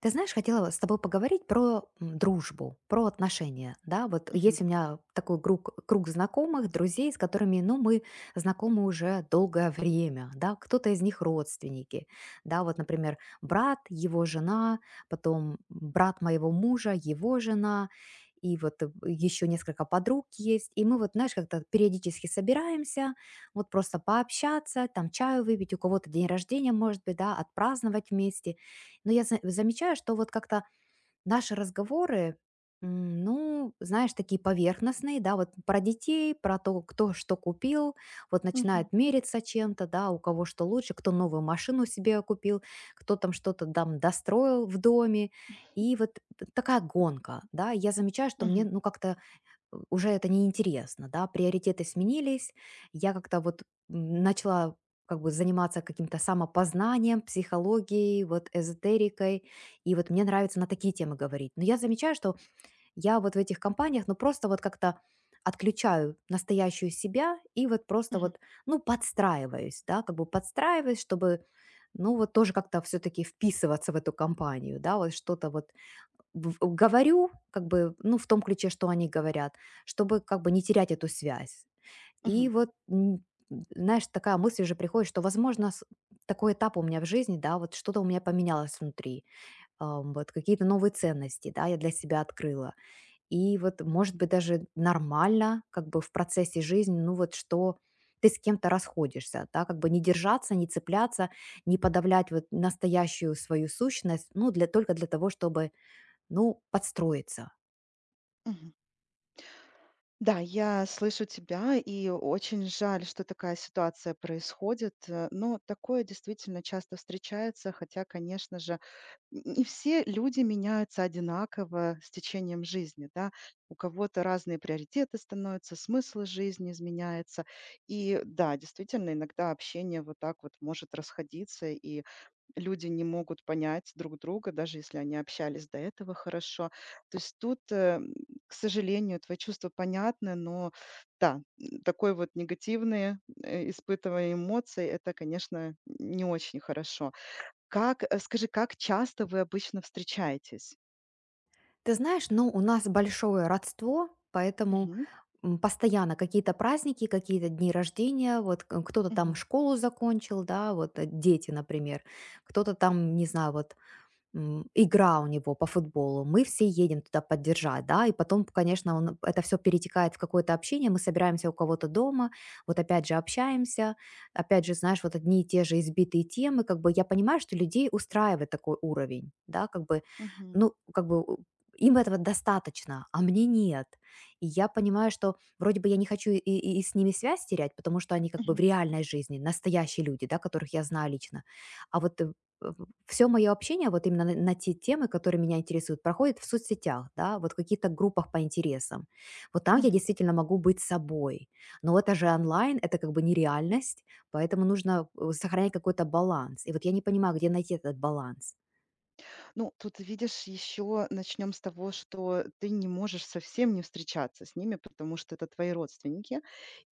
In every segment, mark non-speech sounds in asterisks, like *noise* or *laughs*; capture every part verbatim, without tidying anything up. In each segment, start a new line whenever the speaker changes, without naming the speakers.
Ты знаешь, хотела с тобой поговорить про м, дружбу, про отношения, да, вот
Мгм.
есть у меня такой круг, круг знакомых, друзей, с которыми, ну, мы знакомы уже долгое время, да, кто-то из них родственники, да, вот, например, брат, его жена, потом брат моего мужа, его жена, и вот еще несколько подруг есть, и мы вот, знаешь, как-то периодически собираемся, вот просто пообщаться, там чаю выпить, у кого-то день рождения, может быть, да, отпраздновать вместе, но я за- замечаю, что вот как-то наши разговоры, м, ну, знаешь, такие поверхностные, да, вот про детей, про то, кто что купил, вот
Мгм.
начинают мериться чем-то, да, у кого что лучше, кто новую машину себе купил, кто там что-то там достроил в доме. И вот такая гонка, да, я замечаю, что мне,
Мгм.
ну, как-то э, уже это неинтересно, да, приоритеты сменились, я как-то вот м, начала как бы заниматься каким-то самопознанием, психологией, вот эзотерикой, и вот мне нравится на такие темы говорить. Но я замечаю, что я вот в этих компаниях, ну, просто вот как-то отключаю настоящую себя и вот просто
Мгм.
вот, ну, подстраиваюсь, да, как бы подстраиваюсь, чтобы, ну, вот тоже как-то все-таки вписываться в эту компанию, да, вот что-то вот в э, говорю, как бы, ну, в том ключе, что они говорят, чтобы как бы не терять эту связь. И
Мгм.
вот, м, знаешь, такая мысль уже приходит, что, возможно, с- такой этап у меня в жизни, да, вот что-то у меня поменялось внутри, ам, вот какие-то новые ценности, да, я для себя открыла. И вот, может быть, даже нормально, как бы в процессе жизни, ну вот что ты с кем-то расходишься, да, как бы не держаться, не цепляться, не подавлять вот настоящую свою сущность, ну, для, только для того, чтобы ну, подстроиться.
Мгм. Да, я слышу тебя, и очень жаль, что такая ситуация происходит. э, Но такое действительно часто встречается, хотя, конечно же, н- не все люди меняются одинаково с течением жизни, да. У кого-то разные приоритеты становятся, смысл жизни изменяется. И да, действительно, иногда общение вот так вот может расходиться, и люди не могут понять друг друга, даже если они общались до этого хорошо. То есть тут, э, к сожалению, твои чувства понятны, но да, м, такой вот негативные э, испытывая эмоции, это, конечно, не очень хорошо. Как, э, скажи, как часто вы обычно встречаетесь?
Ты знаешь, ну, у нас большое родство, поэтому
Мгм,
м, постоянно какие-то праздники, какие-то дни рождения, вот к- кто-то там
мгм,
школу закончил, да, вот э, дети, например, кто-то там, не знаю, вот м, игра у него по футболу, мы все едем туда поддержать, да, и потом, конечно, он, это все перетекает в какое-то общение, мы собираемся у кого-то дома, вот опять же общаемся, опять же, знаешь, вот одни и те же избитые темы, как бы я понимаю, что людей устраивает такой уровень, да, как бы,
мгм,
ну, как бы у- им этого достаточно, а мне нет. И я понимаю, что вроде бы я не хочу и, и- и с ними связь терять, потому что они как бы в
мгм,
реальной жизни, настоящие люди, да, которых я знаю лично. А вот э, все мое общение вот именно на на те темы, которые меня интересуют, проходит в соцсетях, да, вот в каких-то группах по интересам. Вот там я
мгм.
действительно могу быть собой. Но это же онлайн, это как бы нереальность, поэтому нужно, э, сохранять какой-то баланс. И вот я не понимаю, где найти этот баланс.
Ну, тут, видишь, еще начнем с того, что ты не можешь совсем не встречаться с ними, потому что это твои родственники.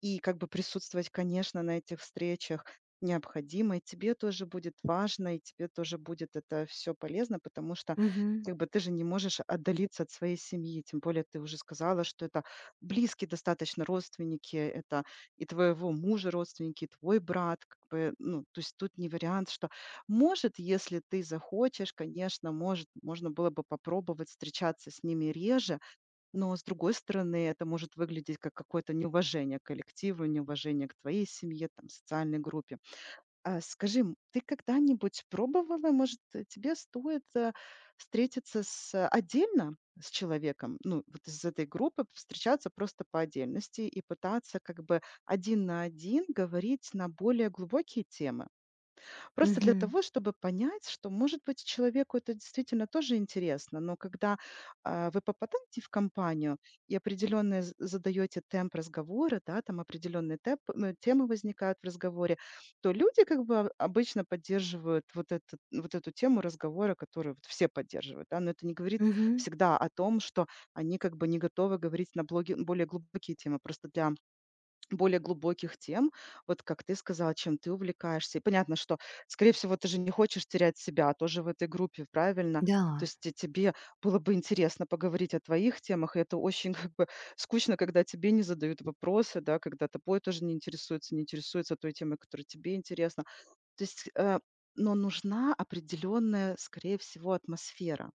И как бы присутствовать, конечно, на этих встречах необходимо, и тебе тоже будет важно, и тебе тоже будет это все полезно, потому что
Мгм,
как бы ты же не можешь отдалиться от своей семьи, тем более ты уже сказала, что это близкие достаточно родственники, это и твоего мужа родственники, и твой брат, как бы, ну, то есть тут не вариант, что может, если ты захочешь, конечно, может, можно было бы попробовать встречаться с ними реже, но, с другой стороны, это может выглядеть как какое-то неуважение к коллективу, неуважение к твоей семье, там, социальной группе. А скажи, м, ты когда-нибудь пробовала, может, э, тебе стоит э, встретиться с, э, отдельно с человеком, ну, вот из этой группы, встречаться просто по отдельности и пытаться как бы один на один говорить на более глубокие темы? Просто для
мгм,
того, чтобы понять, что, может быть, человеку это действительно тоже интересно, но когда а, вы попадаете в компанию и определенно з- задаете темп разговора, да, там определенные темп, э, темы возникают в разговоре, то люди как бы о- обычно поддерживают вот, этот, вот эту тему разговора, которую вот все поддерживают, да, но это не говорит
мгм.
всегда о том, что они как бы не готовы говорить на блоге, более глубокие темы. Просто для более глубоких тем, вот как ты сказала, чем ты увлекаешься. И понятно, что, скорее всего, ты же не хочешь терять себя а тоже в этой группе, правильно?
Да,
То есть те- тебе было бы интересно поговорить о твоих темах, и это очень *laughs* как бы скучно, когда тебе не задают вопросы, да, когда тобой тоже не интересуется, не интересуется той темой, которая тебе интересна. То есть, э, но нужна определенная, скорее всего, атмосфера,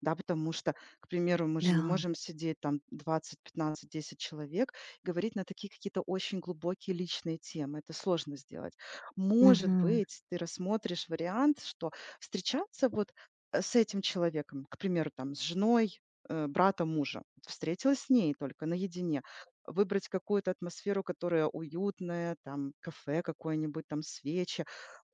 да, потому что, к примеру, мы же не
да,
можем сидеть там двадцать, пятнадцать, десять человек, говорить на такие какие-то очень глубокие личные темы. Это сложно сделать. Может
мгм,
быть, ты рассмотришь вариант, что встречаться вот э, с этим человеком, к примеру, там, с женой, э, брата мужа, вот встретилась с ней только наедине, выбрать какую-то атмосферу, которая уютная, там, кафе какое-нибудь, там, свечи,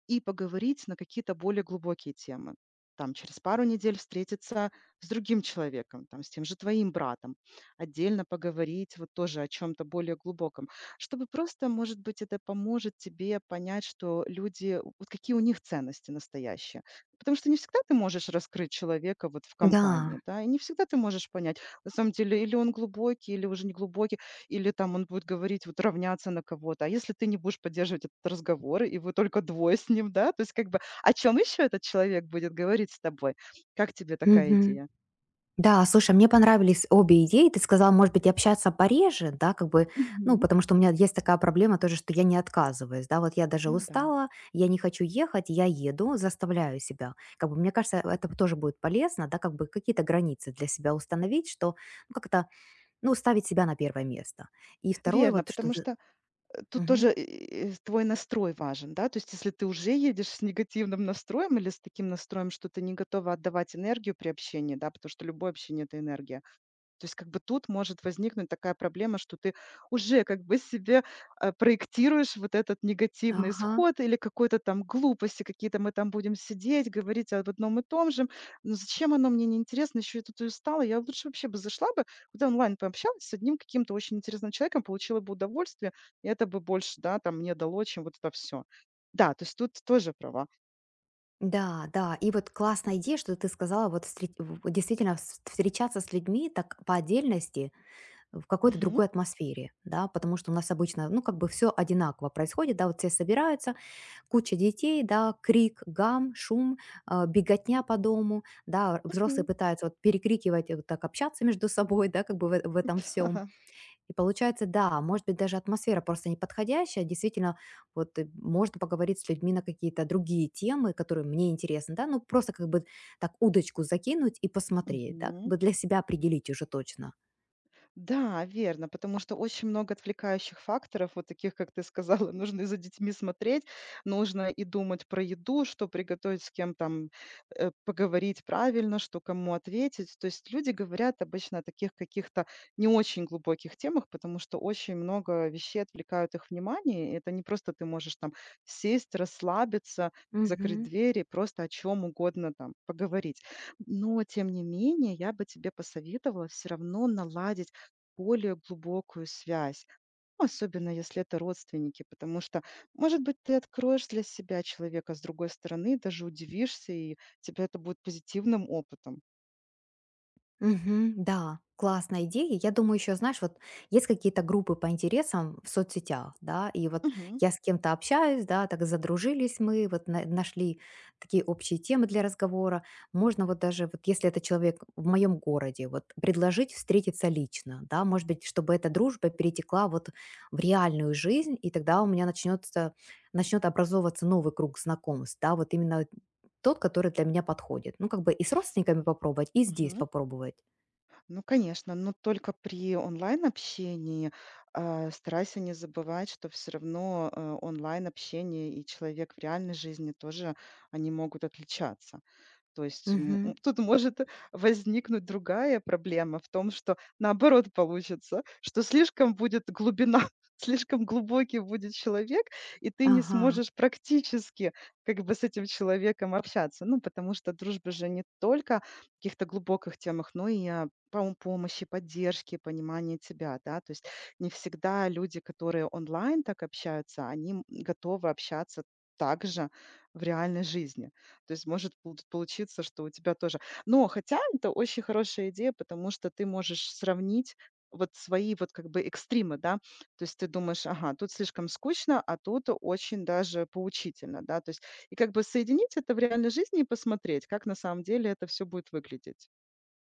и поговорить на какие-то более глубокие темы. Там через пару недель встретиться с другим человеком, там, с тем же твоим братом, отдельно поговорить вот тоже о чем-то более глубоком, чтобы просто, может быть, это поможет тебе понять, что люди, вот какие у них ценности настоящие. Потому что не всегда ты можешь раскрыть человека вот в компании,
да,
да, и не всегда ты можешь понять, на самом деле, или он глубокий, или уже не глубокий или там он будет говорить, вот равняться на кого-то. А если ты не будешь поддерживать этот разговор, и вы только двое с ним, да, то есть как бы о чем еще этот человек будет говорить с тобой? Как тебе такая
мгм.
идея?
Да, слушай, мне понравились обе идеи. Ты сказала, может быть, общаться пореже, да, как бы, ну,
Мгм.
потому что у меня есть такая проблема тоже, что я не отказываюсь, да, вот я даже
Ну да,
устала, я не хочу ехать, я еду, заставляю себя. Как бы, мне кажется, это тоже будет полезно, да, как бы какие-то границы для себя установить, что, ну, как-то, ну, ставить себя на первое место. И второе,
верно,
вот, что...
потому
ты-
что э, тут тоже
Мгм.
э, э, твой настрой важен, да, то есть если ты уже едешь с негативным настроем или с таким настроем, что ты не готова отдавать энергию при общении, да, потому что любое общение— это энергия. То есть как бы тут может возникнуть такая проблема, что ты уже как бы себе, а, проектируешь вот этот негативный
Ага.
исход или какой-то там глупости, какие-то мы там будем сидеть, говорить об одном и том же. Ну зачем оно мне неинтересно, еще я тут и устала, я лучше вообще бы зашла бы, куда онлайн пообщалась с одним каким-то очень интересным человеком, получила бы удовольствие, и это бы больше, да, там мне дало, чем вот это все. Да, то есть тут тоже права.
Да, да. И вот классная идея, что ты сказала, вот встре- в- действительно вс- встречаться с людьми так по отдельности, в какой-то
Мгм,
другой атмосфере, да, потому что у нас обычно, ну, как бы все одинаково происходит, да, вот все собираются, куча детей, да, крик, гам, шум, а, беготня по дому, да, взрослые
мгм.
пытаются вот перекрикивать, э, вот так общаться между собой, да, как бы в, в этом
*laughs*
всем.
Ага.
И получается, да, может быть, даже атмосфера просто неподходящая, действительно, вот э, можно поговорить с людьми на какие-то другие темы, которые мне интересны, да, ну, просто как бы так удочку закинуть и посмотреть, да, как
Мгм.
бы для себя определить уже точно.
Да, верно, потому что очень много отвлекающих факторов, вот таких, как ты сказала, *laughs* нужно и за детьми смотреть, нужно и думать про еду, что приготовить, с кем там э, поговорить правильно, что кому ответить. То есть люди говорят обычно о таких каких-то не очень глубоких темах, потому что очень много вещей отвлекают их внимание. И это не просто ты можешь там сесть, расслабиться, закрыть
Мгм.
двери, просто о чем угодно там поговорить. Но, тем не менее, я бы тебе посоветовала все равно наладить более глубокую связь, ну, особенно если это родственники, потому что, может быть, ты откроешь для себя человека с другой стороны, даже удивишься, и тебе это будет позитивным опытом.
Мгм. Да, классная идея. Я думаю, еще, знаешь, вот есть какие-то группы по интересам в соцсетях, да, и вот
Мгм.
я с кем-то общаюсь, да, так задружились мы, вот на- нашли такие общие темы для разговора. Можно вот даже, вот если это человек в моем городе, вот предложить встретиться лично, да, может быть, чтобы эта дружба перетекла вот в реальную жизнь, и тогда у меня начнется начнет образовываться новый круг знакомств, да, вот именно тот, который для меня подходит. Ну, как бы и с родственниками попробовать, и здесь
Мгм.
попробовать.
Ну, конечно, но только при онлайн-общении а, старайся не забывать, что все равно э, онлайн-общение и человек в реальной жизни тоже, они могут отличаться. То есть м,
Мгм.
м, тут может возникнуть другая проблема в том, что наоборот получится, что слишком будет глубина, *laughs* слишком глубокий будет человек, и ты не
Ага.
сможешь практически как бы с этим человеком общаться. Ну, потому что дружба же не только в каких-то глубоких темах, но и о пом- помощи, поддержке, понимании тебя, да, то есть не всегда люди, которые онлайн так общаются, они м, готовы общаться также в реальной жизни. То есть может пут получиться, что у тебя тоже но хотя это очень хорошая идея, потому что ты можешь сравнить вот свои вот как бы экстримы, да. То есть ты думаешь: "Ага, тут слишком скучно, а тут очень даже поучительно", да. То есть и как бы соединить это в реальной жизни и посмотреть, как на самом деле это все будет выглядеть.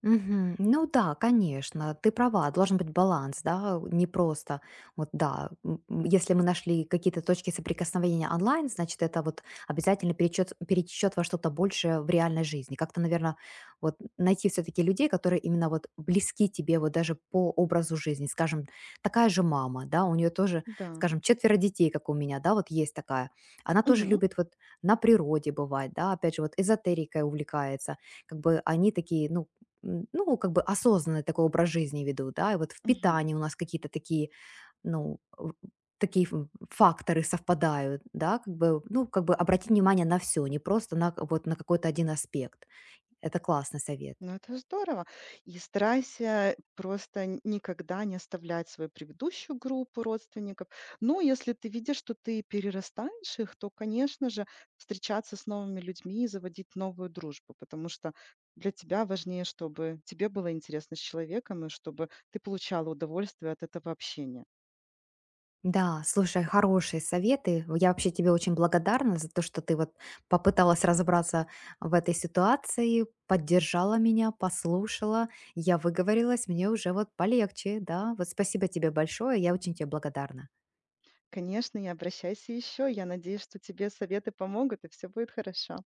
Мгм. Ну да, конечно, ты права, должен быть баланс, да, не просто вот да, м, м, если мы нашли какие-то точки соприкосновения онлайн, значит, это вот обязательно перечет, перечет во что-то большее в реальной жизни. Как-то, наверное, вот найти все-таки людей, которые именно вот близки тебе вот даже по образу жизни, скажем, такая же мама, да, у нее тоже,
Да.
скажем, четверо детей, как у меня, да, вот есть такая. Она тоже
Мгм.
любит вот на природе бывать, да, опять же, вот эзотерикой увлекается, как бы они такие, ну, м, ну, как бы осознанный такой образ жизни ведут, да, и вот в
Мгм.
питании у нас какие-то такие, ну, в- такие ф- факторы совпадают, да, как бы, ну, как бы обратить внимание на все, не просто на, к- вот на какой-то один аспект. Это классный совет.
Ну, это здорово. И старайся просто н- никогда не оставлять свою предыдущую группу родственников. Ну, если ты видишь, что ты перерастаешь их, то, конечно же, встречаться с новыми людьми и заводить новую дружбу, потому что для тебя важнее, чтобы тебе было интересно с человеком и чтобы ты получала удовольствие от этого общения.
Да, слушай, хорошие советы. Я вообще тебе очень благодарна за то, что ты вот попыталась разобраться в этой ситуации, поддержала меня, послушала. Я выговорилась, мне уже вот полегче, да. Вот спасибо тебе большое, я очень тебе благодарна.
Конечно, и обращайся еще. Я надеюсь, что тебе советы помогут и все будет хорошо.